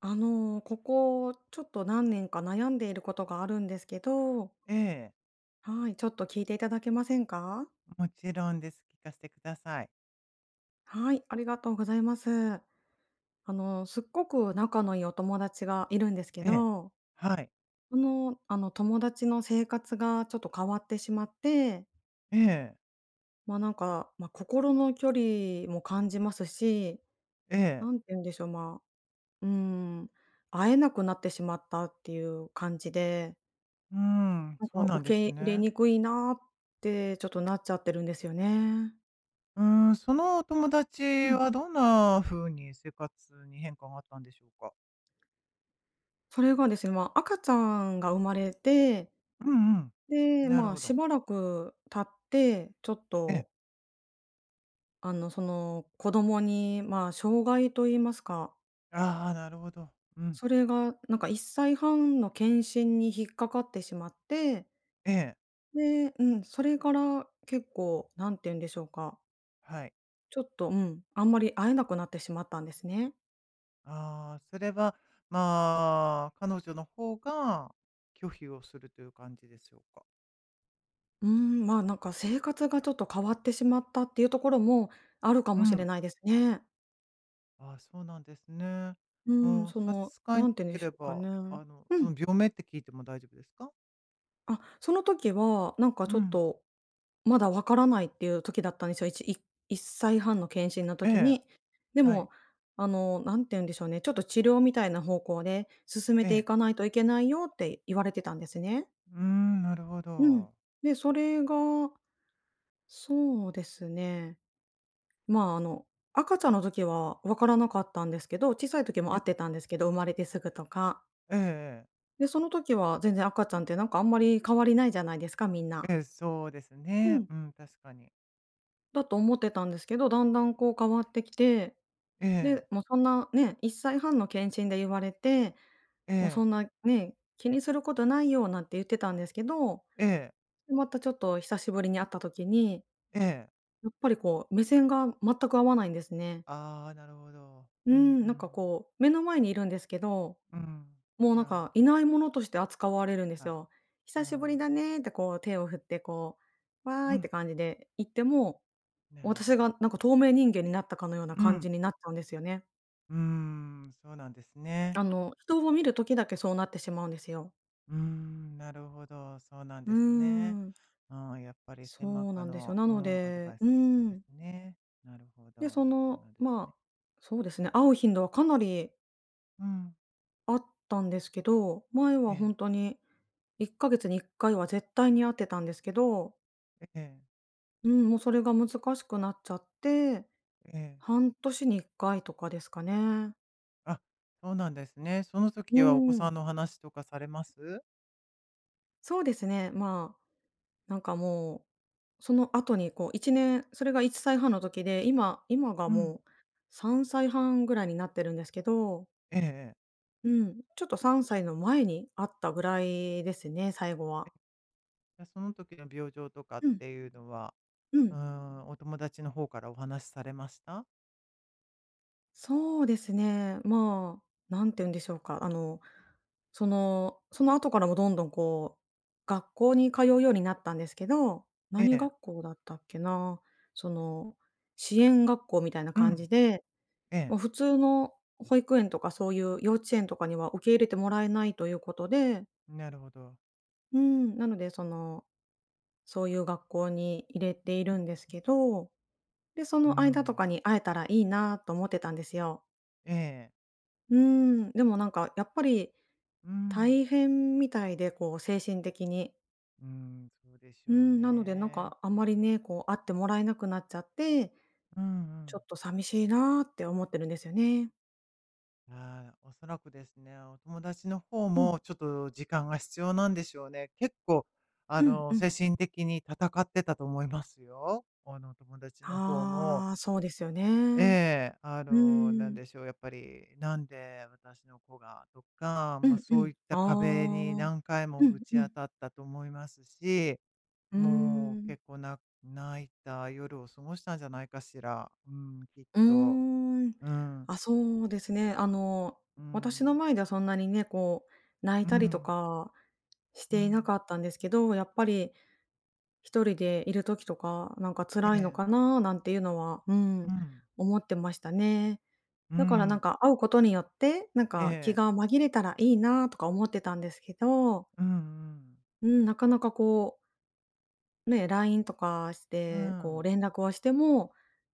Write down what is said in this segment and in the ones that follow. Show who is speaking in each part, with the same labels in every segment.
Speaker 1: ここちょっと何年か悩んでいることがあるんですけど、
Speaker 2: ええ、
Speaker 1: はい、ちょっと聞いていただけませんか？
Speaker 2: もちろんです。聞かせてください。
Speaker 1: はい、ありがとうございます。すっごく仲のいいお友達がいるんですけ
Speaker 2: ええ。
Speaker 1: ど、
Speaker 2: はい。
Speaker 1: 友達の生活がちょっと変わってしまって、
Speaker 2: ええ、
Speaker 1: 心の距離も感じますし、
Speaker 2: ええ。
Speaker 1: なんて言うんでしょう、うん、会えなくなってしまったっていう感じで
Speaker 2: うーん、
Speaker 1: なん
Speaker 2: そう
Speaker 1: か
Speaker 2: なん
Speaker 1: 受
Speaker 2: です
Speaker 1: け入れ
Speaker 2: ね。
Speaker 1: にくいなってちょっとなっちゃってるんですよね。
Speaker 2: うーん、そのお友達
Speaker 1: うん。
Speaker 2: はどんな風に生活に変化があったんでしょうか？
Speaker 1: それがですね、まあ、赤ちゃんが生まれて、
Speaker 2: うんうん、
Speaker 1: で、
Speaker 2: なる
Speaker 1: まあ、
Speaker 2: ほ
Speaker 1: し
Speaker 2: ど。
Speaker 1: ばらく経って、ちょっ
Speaker 2: ええ。
Speaker 1: とあの、その子供に、まあ、障害と言いますか、
Speaker 2: ああ、なるほど。うん。
Speaker 1: それがなんか1歳半の検診に引っかかってしまって、
Speaker 2: ええ、
Speaker 1: で、うん、それから結構なんて言うんでしょうか、
Speaker 2: はい。
Speaker 1: ちょっと、うん、あんまり会えなくなってしまったんですね。
Speaker 2: ああ、それは、まあ、彼女の方が拒否をするという感じでしょうか？
Speaker 1: うーん、まあ、なんか生活がちょっと変わってしまったっていうところもあるか
Speaker 2: う
Speaker 1: もしれ
Speaker 2: ん。
Speaker 1: ないですね。
Speaker 2: ああ、そうなんですね。
Speaker 1: う
Speaker 2: もう差し支えな
Speaker 1: なんて言うん
Speaker 2: け
Speaker 1: でし
Speaker 2: れ
Speaker 1: ょうか
Speaker 2: ば、
Speaker 1: ね。
Speaker 2: あの、
Speaker 1: う
Speaker 2: そ
Speaker 1: ん。
Speaker 2: の病名って聞いても大丈夫ですか？
Speaker 1: あ、その時はなんか
Speaker 2: う
Speaker 1: ちょっ
Speaker 2: ん。
Speaker 1: と、まだわからないっていう時だったんですよ。いちい1歳半の健診の
Speaker 2: え
Speaker 1: 時
Speaker 2: え、
Speaker 1: に。で
Speaker 2: はい。
Speaker 1: も、あの、なんて言うんでしょうね、ちょっと治療みたいな方向で進め
Speaker 2: え
Speaker 1: てい
Speaker 2: え。
Speaker 1: かないといけないよって言われてたんですね。
Speaker 2: うーん、なるほ
Speaker 1: うん。
Speaker 2: ど。
Speaker 1: で、それがそうですね。まあ、あの、赤ちゃんの時は分からなかったんですけど、小さい時も
Speaker 2: え
Speaker 1: 会って
Speaker 2: え、
Speaker 1: たんですけど、生まれてすぐとか。
Speaker 2: ええええ。
Speaker 1: で、その時は全然赤ちゃんってなんかあんまり変わりないじゃないですか、みん
Speaker 2: え
Speaker 1: な。
Speaker 2: え、そうです
Speaker 1: う
Speaker 2: ね。
Speaker 1: ん。
Speaker 2: うん、確かに。
Speaker 1: だと思ってたんですけど、だんだんこう変わってきて、
Speaker 2: ええ、
Speaker 1: で、もうそんなね、1歳半の検診で言われて、
Speaker 2: え
Speaker 1: もうそ
Speaker 2: え、
Speaker 1: んなね、気にすることないよなんて言ってたんですけど、
Speaker 2: ええ、
Speaker 1: またちょっと久しぶりに会った時に、
Speaker 2: ええ。
Speaker 1: やっぱりこう目線が全く合わないんですね。
Speaker 2: ああ、なるほど。
Speaker 1: う
Speaker 2: うんう
Speaker 1: ん、なんか
Speaker 2: ん。
Speaker 1: こう目の前にいるんですけど
Speaker 2: うん。
Speaker 1: もうなん
Speaker 2: なるほ
Speaker 1: か、い
Speaker 2: ど。
Speaker 1: ないものとして扱われるんです
Speaker 2: はい。
Speaker 1: よ。
Speaker 2: あ
Speaker 1: 久しぶり
Speaker 2: あ、
Speaker 1: だねってこう手を振って、こう、わー
Speaker 2: う
Speaker 1: いっ
Speaker 2: ん、
Speaker 1: て感じで行っても、
Speaker 2: なるほ
Speaker 1: 私が
Speaker 2: ど。
Speaker 1: なんか透明人間になったかのような
Speaker 2: う
Speaker 1: 感
Speaker 2: ん。
Speaker 1: じになっちゃうんですよね。
Speaker 2: うーん、そうなんですね。
Speaker 1: あの、人を見る時だけそうなってしまうんですよ。
Speaker 2: うーん、なるほど、そうなん
Speaker 1: うー
Speaker 2: ですね。
Speaker 1: ん、
Speaker 2: うん、やっぱり
Speaker 1: そ
Speaker 2: 専門
Speaker 1: う
Speaker 2: 家
Speaker 1: なんですよ。
Speaker 2: の、
Speaker 1: な
Speaker 2: う
Speaker 1: の
Speaker 2: ん、アドバ
Speaker 1: で、
Speaker 2: イス
Speaker 1: う
Speaker 2: 必要
Speaker 1: ー
Speaker 2: で
Speaker 1: ん。
Speaker 2: すね。なるほ
Speaker 1: で、そ
Speaker 2: ど、そう
Speaker 1: の、
Speaker 2: なんです
Speaker 1: まあ、
Speaker 2: ね。
Speaker 1: そうですね、会う頻度はかなり
Speaker 2: うん、
Speaker 1: あったんですけど、前
Speaker 2: え
Speaker 1: は
Speaker 2: え、
Speaker 1: 本当に1ヶ月に1回は絶対に会ってたんですけど
Speaker 2: ええ、
Speaker 1: うん、もうそれが難しくなっちゃって、
Speaker 2: ええ。
Speaker 1: 半年に1回とかですかね。
Speaker 2: あ、そうなんですね。その時
Speaker 1: う
Speaker 2: はお子さ
Speaker 1: ん、
Speaker 2: んの話とかされます
Speaker 1: そうですね。まあ、なんかもう、その後にこう1年それが1歳半の時で、今が
Speaker 2: うん、
Speaker 1: もう3歳半ぐらいになってるんですけど、
Speaker 2: ええ、ええ。
Speaker 1: うん、ちょっと3歳の前にあったぐらいですね、最後は。
Speaker 2: じゃ、その時の病状とかっ
Speaker 1: うん、
Speaker 2: ていうのは、
Speaker 1: う
Speaker 2: う
Speaker 1: ん。
Speaker 2: ん、お友達の方からお話しされました？
Speaker 1: そうですね。まあ、なんて言うんでしょうか、あの、その後からもどんどんこう、学校に通うようになったんですけど、
Speaker 2: え
Speaker 1: 何
Speaker 2: え、
Speaker 1: 学校だったっけな、その、支援学校みたいな
Speaker 2: う
Speaker 1: 感
Speaker 2: ん、
Speaker 1: じで、
Speaker 2: ええ、
Speaker 1: もう普通の保育園とかそういう幼稚園とかには受け入れてもらえないということで、
Speaker 2: なるほど。
Speaker 1: うん、なのでその、そういう学校に入れてい
Speaker 2: うん、
Speaker 1: るんですけど、で、そ
Speaker 2: う
Speaker 1: の間とか
Speaker 2: ん、
Speaker 1: に会えたらいいなと思ってたんですよ。
Speaker 2: ええ、
Speaker 1: うーん、でもなんかやっぱり
Speaker 2: うん。
Speaker 1: 大変みたいで、こう精神的に。
Speaker 2: うん、そうでし
Speaker 1: うー
Speaker 2: ょう
Speaker 1: ん、なのでなん
Speaker 2: ね。
Speaker 1: かあんまりね、こう会ってもらえなくなっちゃって、
Speaker 2: うんう
Speaker 1: ちょ
Speaker 2: ん。
Speaker 1: っと寂しいなって思ってるんですよね。
Speaker 2: ああ、おそらくですね、お友達の方
Speaker 1: うん。
Speaker 2: もちょっと時間が必要なんでしょうね。結構、あ
Speaker 1: うん
Speaker 2: の、
Speaker 1: う
Speaker 2: 精
Speaker 1: ん。
Speaker 2: 神的に戦ってたと思いますよ。あの、友達の方も。
Speaker 1: ああ、そうですよね。
Speaker 2: ええ、あ
Speaker 1: う
Speaker 2: の、な
Speaker 1: ー
Speaker 2: ん
Speaker 1: ん。
Speaker 2: でしょう、やっぱり、なんで私の子がとか、
Speaker 1: う
Speaker 2: まあ、
Speaker 1: んう
Speaker 2: そうい
Speaker 1: ん。
Speaker 2: った壁に
Speaker 1: ああ。
Speaker 2: 何回も
Speaker 1: う
Speaker 2: ぶ
Speaker 1: ん
Speaker 2: ち
Speaker 1: う
Speaker 2: 当
Speaker 1: ん。
Speaker 2: たったと思いますし、
Speaker 1: うー
Speaker 2: もう
Speaker 1: ん。
Speaker 2: 結構な泣いた夜を過ごしたんじゃないかしら。うん、きっ
Speaker 1: うー
Speaker 2: と。
Speaker 1: ん。
Speaker 2: うん、
Speaker 1: あ、そうですね。あの、
Speaker 2: う
Speaker 1: 私の
Speaker 2: ん、
Speaker 1: 前ではそんなにね、こう泣い
Speaker 2: う
Speaker 1: たりと
Speaker 2: ん、
Speaker 1: かし
Speaker 2: う
Speaker 1: ていな
Speaker 2: ん、
Speaker 1: かったんですけど、やっぱり一人でいる時とか、なんか
Speaker 2: え
Speaker 1: 辛いの
Speaker 2: え、
Speaker 1: かななんていうのは、うん、
Speaker 2: うん、
Speaker 1: 思ってましたね。
Speaker 2: う
Speaker 1: だからなん
Speaker 2: ん、
Speaker 1: か会うことによって、なん
Speaker 2: え
Speaker 1: か気
Speaker 2: え、
Speaker 1: が紛れたらいいなとか思ってたんですけど、
Speaker 2: うん、
Speaker 1: うん、なかなかこう、ね、LINE とかし
Speaker 2: う
Speaker 1: て、こう
Speaker 2: ん、
Speaker 1: 連絡をしても、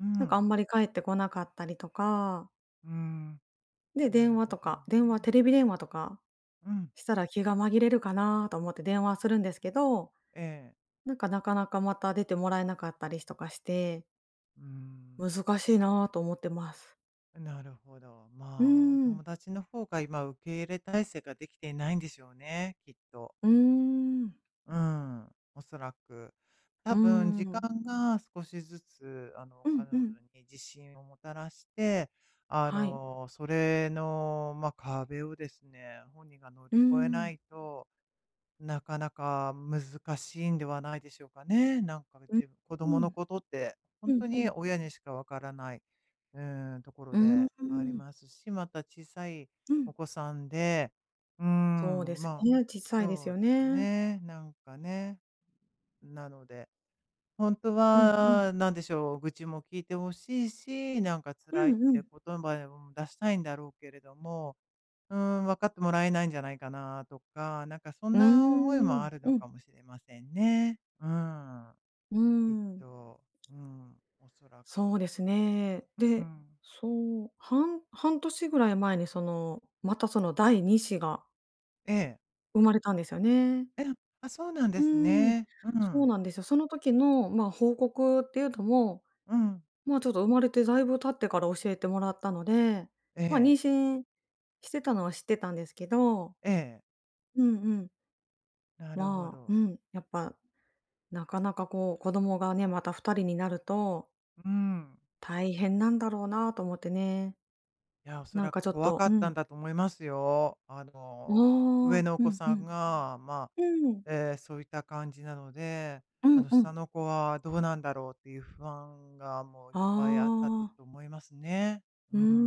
Speaker 2: う
Speaker 1: なんかあ
Speaker 2: ん、
Speaker 1: んまり返ってこなかったりとか、
Speaker 2: うん、
Speaker 1: で、
Speaker 2: な
Speaker 1: 電
Speaker 2: る
Speaker 1: 話
Speaker 2: ほ
Speaker 1: と
Speaker 2: ど
Speaker 1: か、
Speaker 2: ね。
Speaker 1: 電話、テレビ電話とか
Speaker 2: うん、
Speaker 1: したら気が紛れるかなと思って電話するんですけど、
Speaker 2: ええ、
Speaker 1: なんかなかなかまた出てもらえなかったりとかして、
Speaker 2: うん、
Speaker 1: 難しいなと思ってます。
Speaker 2: なるほど。
Speaker 1: うー
Speaker 2: まあ、お友
Speaker 1: ん。
Speaker 2: 達の方が今受け入れ体制ができていないんでしょうね、きっと。
Speaker 1: うーん。
Speaker 2: うん、おそらく。
Speaker 1: う
Speaker 2: 多
Speaker 1: ー
Speaker 2: 分時
Speaker 1: ん。
Speaker 2: 間が少しずつ、あの、
Speaker 1: うん
Speaker 2: 彼
Speaker 1: うん。
Speaker 2: 女に自信をもたらして、あ
Speaker 1: はい。
Speaker 2: の、それの、まあ、壁をですね、本人が乗
Speaker 1: うー
Speaker 2: り越えな
Speaker 1: ん。
Speaker 2: いとなかなか難しいんではないでしょうかね。なんか
Speaker 1: うん。
Speaker 2: 自分子供
Speaker 1: う
Speaker 2: の
Speaker 1: ん。
Speaker 2: ことって、本
Speaker 1: うん
Speaker 2: 当
Speaker 1: う
Speaker 2: に
Speaker 1: ん。
Speaker 2: 親にしかわからない、うん、ところ
Speaker 1: うー
Speaker 2: でありま
Speaker 1: ん。
Speaker 2: すし、また小さい
Speaker 1: うん。
Speaker 2: お子さんで、う
Speaker 1: そう
Speaker 2: ん、
Speaker 1: で
Speaker 2: ま
Speaker 1: す
Speaker 2: あ、
Speaker 1: ね、小さいです
Speaker 2: そう
Speaker 1: よ
Speaker 2: です
Speaker 1: ね。
Speaker 2: ね、なんかね。なので、本当
Speaker 1: うんうん。
Speaker 2: は、なんでしょう、愚痴も聞いてほしいし、なんか
Speaker 1: う
Speaker 2: 辛いっ
Speaker 1: んう
Speaker 2: て
Speaker 1: ん。
Speaker 2: 言葉を出したいんだろうけれどもう分かってもらえないんじゃないかなとか、なんかそん
Speaker 1: うー
Speaker 2: な思いも
Speaker 1: ん。
Speaker 2: ある
Speaker 1: う
Speaker 2: の
Speaker 1: ん。
Speaker 2: かもしれませんね。うん、
Speaker 1: うー
Speaker 2: きっ
Speaker 1: ん。
Speaker 2: と。うん、おそらく。
Speaker 1: そうですね。
Speaker 2: う
Speaker 1: で、
Speaker 2: ん。
Speaker 1: そう、半年ぐらい前にその、またその第二子が
Speaker 2: ええ。
Speaker 1: 生まれたんですよね。
Speaker 2: え、あ、そうなんで
Speaker 1: う
Speaker 2: す
Speaker 1: ーん、
Speaker 2: ね。う
Speaker 1: そう
Speaker 2: ん、
Speaker 1: なんですよ。その時の、まあ、報告っていうのも、
Speaker 2: うん。
Speaker 1: まあ、ちょっと生まれてだいぶ経ってから教えてもらったので、
Speaker 2: え
Speaker 1: まあ、妊
Speaker 2: え、
Speaker 1: 娠してたのは知ってたんですけど、
Speaker 2: ええ、
Speaker 1: うんうん。
Speaker 2: なるほど。
Speaker 1: やっぱなかなかこう子供がね、また二人になると
Speaker 2: うん。
Speaker 1: 大変なんだろうなと思ってね。
Speaker 2: いや、おそ
Speaker 1: なん
Speaker 2: ら
Speaker 1: か
Speaker 2: く
Speaker 1: ちょっ
Speaker 2: 怖
Speaker 1: と
Speaker 2: か
Speaker 1: う
Speaker 2: った
Speaker 1: ん。
Speaker 2: んだと思いますよ。あ
Speaker 1: ああ、う
Speaker 2: の、上
Speaker 1: ん
Speaker 2: のお
Speaker 1: う
Speaker 2: 子さん
Speaker 1: ん。
Speaker 2: が、まあ、
Speaker 1: うん。
Speaker 2: そういった感じなので、
Speaker 1: う
Speaker 2: あ
Speaker 1: ん
Speaker 2: の、
Speaker 1: うん。
Speaker 2: 下の子はどうなんだろうっていう不安がもういっぱいあったと
Speaker 1: ああ、
Speaker 2: と思いますね。
Speaker 1: う
Speaker 2: う
Speaker 1: ー
Speaker 2: ん。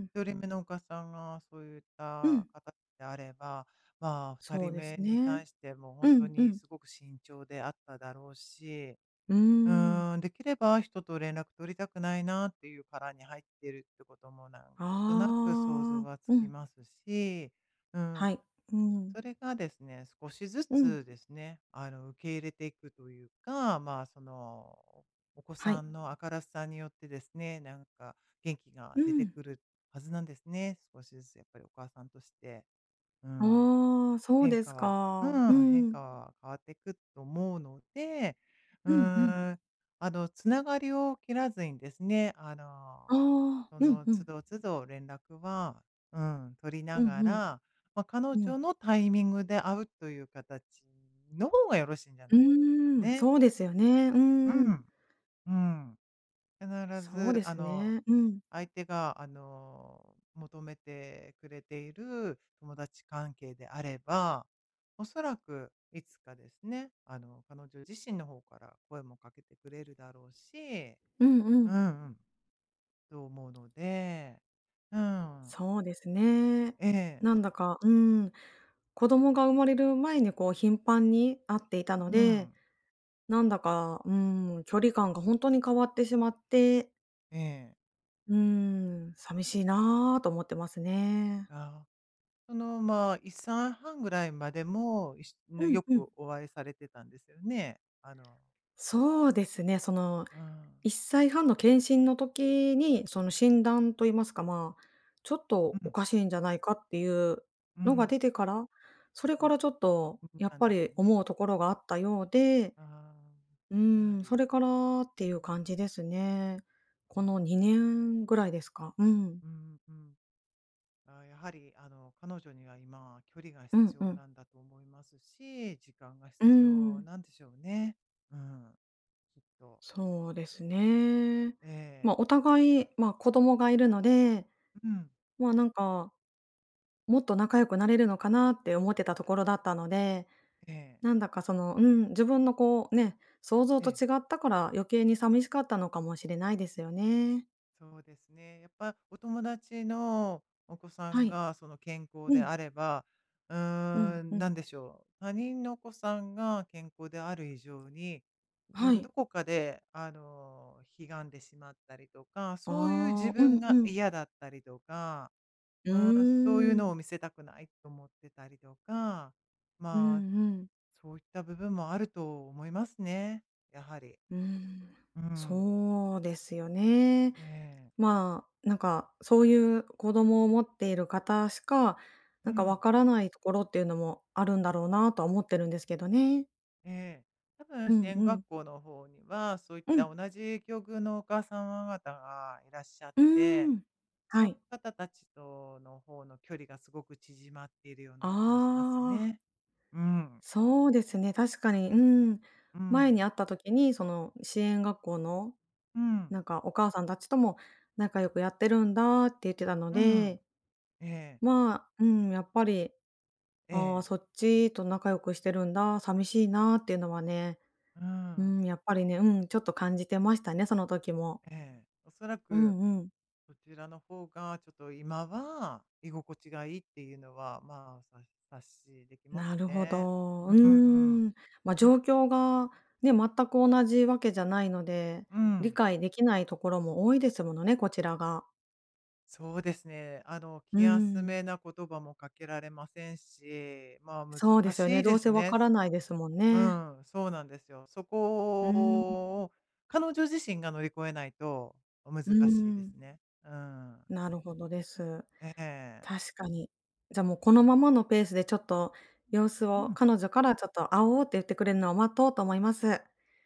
Speaker 1: ん。
Speaker 2: 人目のお母さんがそういっ
Speaker 1: う
Speaker 2: た
Speaker 1: ん、
Speaker 2: 方であれば、まあ、2
Speaker 1: そ
Speaker 2: 人
Speaker 1: うで
Speaker 2: 目
Speaker 1: す
Speaker 2: に
Speaker 1: ね。
Speaker 2: 対しても
Speaker 1: う
Speaker 2: 本当
Speaker 1: んう
Speaker 2: に
Speaker 1: ん。
Speaker 2: すごく慎重であっただろうし
Speaker 1: うー
Speaker 2: う
Speaker 1: ん。
Speaker 2: ーん、できれば人と連絡取りたくないなっていう殻に入ってるってこともなん
Speaker 1: あ
Speaker 2: となく想像
Speaker 1: あ、
Speaker 2: はつ
Speaker 1: う
Speaker 2: き
Speaker 1: ん、
Speaker 2: ますし、うん、
Speaker 1: はい。うん、
Speaker 2: それがですね、少しず
Speaker 1: うん、
Speaker 2: つですね、あの、受け入れていくというか、まあ、その、お子
Speaker 1: は
Speaker 2: さ
Speaker 1: い。
Speaker 2: んの明るさによってですね、なんか元気が
Speaker 1: う
Speaker 2: 出て
Speaker 1: ん。
Speaker 2: くるはずなんですね。少しずつやっぱりお母さんとして。うん、
Speaker 1: ああ、そう
Speaker 2: 変
Speaker 1: で
Speaker 2: 化
Speaker 1: す
Speaker 2: はう
Speaker 1: か。う
Speaker 2: ん、変
Speaker 1: ん。
Speaker 2: 化は変わっていくと思うので、う
Speaker 1: うんうん。
Speaker 2: ーん、あの、つながりを切らずにですね、あ
Speaker 1: あ
Speaker 2: の、
Speaker 1: あ、
Speaker 2: そ
Speaker 1: うん
Speaker 2: の
Speaker 1: う
Speaker 2: 都
Speaker 1: ん。
Speaker 2: 度都度連絡は、うん、取りな
Speaker 1: うん
Speaker 2: が
Speaker 1: うん。
Speaker 2: ら、まあ、彼
Speaker 1: う
Speaker 2: 女
Speaker 1: ん。
Speaker 2: のタイミングで会うという形の方がよろしいんじゃ
Speaker 1: う
Speaker 2: ないでしょうか
Speaker 1: ーん、
Speaker 2: ね。
Speaker 1: そうですよね。うー
Speaker 2: う
Speaker 1: ん。
Speaker 2: ん、うん。必
Speaker 1: そう
Speaker 2: ず、
Speaker 1: で
Speaker 2: あ
Speaker 1: す
Speaker 2: の、
Speaker 1: ね。うん。
Speaker 2: 相手が、あの、求めてくれている友達関係であれば、おそらくいつかですね、あの、彼女自身の方から声もかけてくれるだろうし、
Speaker 1: うんう
Speaker 2: う
Speaker 1: ん。
Speaker 2: んうん、と思うので、うん、
Speaker 1: そうですね。
Speaker 2: ええ、
Speaker 1: なんだか、うん、子供が生まれる前にこう頻繁に会っていたの
Speaker 2: う
Speaker 1: で、
Speaker 2: ん、
Speaker 1: なんだか、うん、距離感がほんとに変わってしまって
Speaker 2: ええ、
Speaker 1: うーん、寂しいなあと思ってますね。
Speaker 2: あその、まあ、1歳半ぐらいまでも、いしな
Speaker 1: うん
Speaker 2: よ
Speaker 1: うん。
Speaker 2: くお会いされてたんですよね。あの、
Speaker 1: そうですね、その
Speaker 2: うん、
Speaker 1: 1歳半の検診の時に、その診断と言いますか、まあ、ちょっと
Speaker 2: う
Speaker 1: お
Speaker 2: ん、
Speaker 1: かしいんじゃないかっていう
Speaker 2: う
Speaker 1: のが
Speaker 2: ん。
Speaker 1: 出てから、それからちょっと
Speaker 2: うん、
Speaker 1: や
Speaker 2: な
Speaker 1: っ
Speaker 2: ん
Speaker 1: ぱ
Speaker 2: ですよ
Speaker 1: り
Speaker 2: ね。
Speaker 1: 思うところがあったようで、
Speaker 2: あ
Speaker 1: う
Speaker 2: あ、やは
Speaker 1: ーん、
Speaker 2: り、
Speaker 1: それ
Speaker 2: う
Speaker 1: からっていう
Speaker 2: ん
Speaker 1: 感じですね。こ
Speaker 2: なる
Speaker 1: の
Speaker 2: ほ
Speaker 1: 2
Speaker 2: ど。
Speaker 1: 年ぐらいですか。うん。
Speaker 2: うんうん。あ、やはり、あの、彼女には今、距離が
Speaker 1: う
Speaker 2: 必
Speaker 1: んう
Speaker 2: 要
Speaker 1: ん。
Speaker 2: なんだと思いますし、時間が
Speaker 1: うー
Speaker 2: 必要
Speaker 1: ん。
Speaker 2: なんでしょうね。うん、きっと。
Speaker 1: そうですね。
Speaker 2: え
Speaker 1: ま
Speaker 2: え、
Speaker 1: あ、お互い、まあ、子供がいるので、
Speaker 2: うん、
Speaker 1: まあ、なんか、もっと仲良くなれるのかなって思ってたところだったので、
Speaker 2: ええ、
Speaker 1: なんだかその、うん、自分のこう、ね、想像
Speaker 2: え
Speaker 1: と違
Speaker 2: え。
Speaker 1: ったから余計に寂しかったのかもしれないですよね。
Speaker 2: そうですね。やっぱお友達のお子さ
Speaker 1: は
Speaker 2: ん
Speaker 1: い。
Speaker 2: がその健康
Speaker 1: う
Speaker 2: で
Speaker 1: ん。
Speaker 2: あれば、う
Speaker 1: う
Speaker 2: ー
Speaker 1: ん、う
Speaker 2: ん、な
Speaker 1: ん。
Speaker 2: んでしょう。他人のお子さんが健康である以上に、
Speaker 1: は
Speaker 2: ど
Speaker 1: い。
Speaker 2: こかで、あの、悲願でしまったりとか、そういう自
Speaker 1: ああ、う
Speaker 2: 分
Speaker 1: ん
Speaker 2: が
Speaker 1: うん。
Speaker 2: 嫌だったりとか、
Speaker 1: うー
Speaker 2: うん、そういうの
Speaker 1: ん。
Speaker 2: を見せたくないと思ってたりとか、
Speaker 1: うんう
Speaker 2: まあ、
Speaker 1: ん。
Speaker 2: そういった部分もあると思いますね。やはり。
Speaker 1: うーん。
Speaker 2: うん。
Speaker 1: そうですよね。
Speaker 2: ええ
Speaker 1: まあ、なんか、そういう子供を持っている方しか、
Speaker 2: う
Speaker 1: なんか
Speaker 2: ん。
Speaker 1: わからないところっていうのもあるんだろうなとは思ってるんですけどね。
Speaker 2: ええ。多分
Speaker 1: う
Speaker 2: 支
Speaker 1: ん
Speaker 2: 援
Speaker 1: う
Speaker 2: 学
Speaker 1: ん。
Speaker 2: 校の方には、そういっ
Speaker 1: うん。
Speaker 2: た同じ境遇のお母様方がいらっしゃっ
Speaker 1: うー
Speaker 2: て、
Speaker 1: ん。
Speaker 2: そ
Speaker 1: は
Speaker 2: の
Speaker 1: い。
Speaker 2: 方たちとの方の距離がすごく縮まっているよう
Speaker 1: あ
Speaker 2: な気もします
Speaker 1: あ、
Speaker 2: ね。うん。
Speaker 1: そうですね、確かに、うん。
Speaker 2: う
Speaker 1: 前に
Speaker 2: ん。
Speaker 1: 会った時に、その、支援学校の、
Speaker 2: うん。
Speaker 1: なんかお母さんたちとも仲良くやってるんだって言ってたの
Speaker 2: うん。
Speaker 1: で、
Speaker 2: ええ。
Speaker 1: まあ、うん、やっぱり、
Speaker 2: え
Speaker 1: ああ、そ
Speaker 2: え。
Speaker 1: っちと仲良くしてるんだ、寂しいなっていうのはね
Speaker 2: う
Speaker 1: う
Speaker 2: ん。
Speaker 1: ん、やっぱりね、うん、ちょっと感じてましたね、その時も。
Speaker 2: ええ。おそら
Speaker 1: う
Speaker 2: く
Speaker 1: んうん。
Speaker 2: そちらの方がちょっと今は居心地がいいっていうのは、まあ、察しできます
Speaker 1: なるほ
Speaker 2: ね。
Speaker 1: ど。う
Speaker 2: うんうん。
Speaker 1: ーん。まあ、状況がね、全く同じわけじゃないので、
Speaker 2: う
Speaker 1: 理
Speaker 2: ん。
Speaker 1: 解できないところも多いですものね、こちらが。
Speaker 2: そうですね。あの、
Speaker 1: う
Speaker 2: 気休
Speaker 1: ん。
Speaker 2: めな言葉もかけられませんし、まあ難
Speaker 1: そうですよ
Speaker 2: し
Speaker 1: ね、
Speaker 2: いで
Speaker 1: どう
Speaker 2: す
Speaker 1: せわ
Speaker 2: ね。
Speaker 1: からないですもん
Speaker 2: う
Speaker 1: ね。
Speaker 2: ん、そうなんですよ。そこ
Speaker 1: うん、
Speaker 2: を彼女自身が乗り越えないと難
Speaker 1: う
Speaker 2: しいです
Speaker 1: ん。
Speaker 2: ね。うん。
Speaker 1: なるほどです。
Speaker 2: ええ
Speaker 1: 確かに。じゃ、もうこのままのペースでちょっと様子
Speaker 2: う
Speaker 1: を
Speaker 2: ん、
Speaker 1: 彼女からちょっと「会おう」って言ってくれるのを待とうと思います。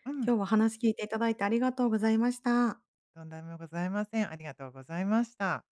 Speaker 2: うん。
Speaker 1: 今日はお話聞いていただいてありがとうございました。
Speaker 2: とんでもございません。ありがとうございました。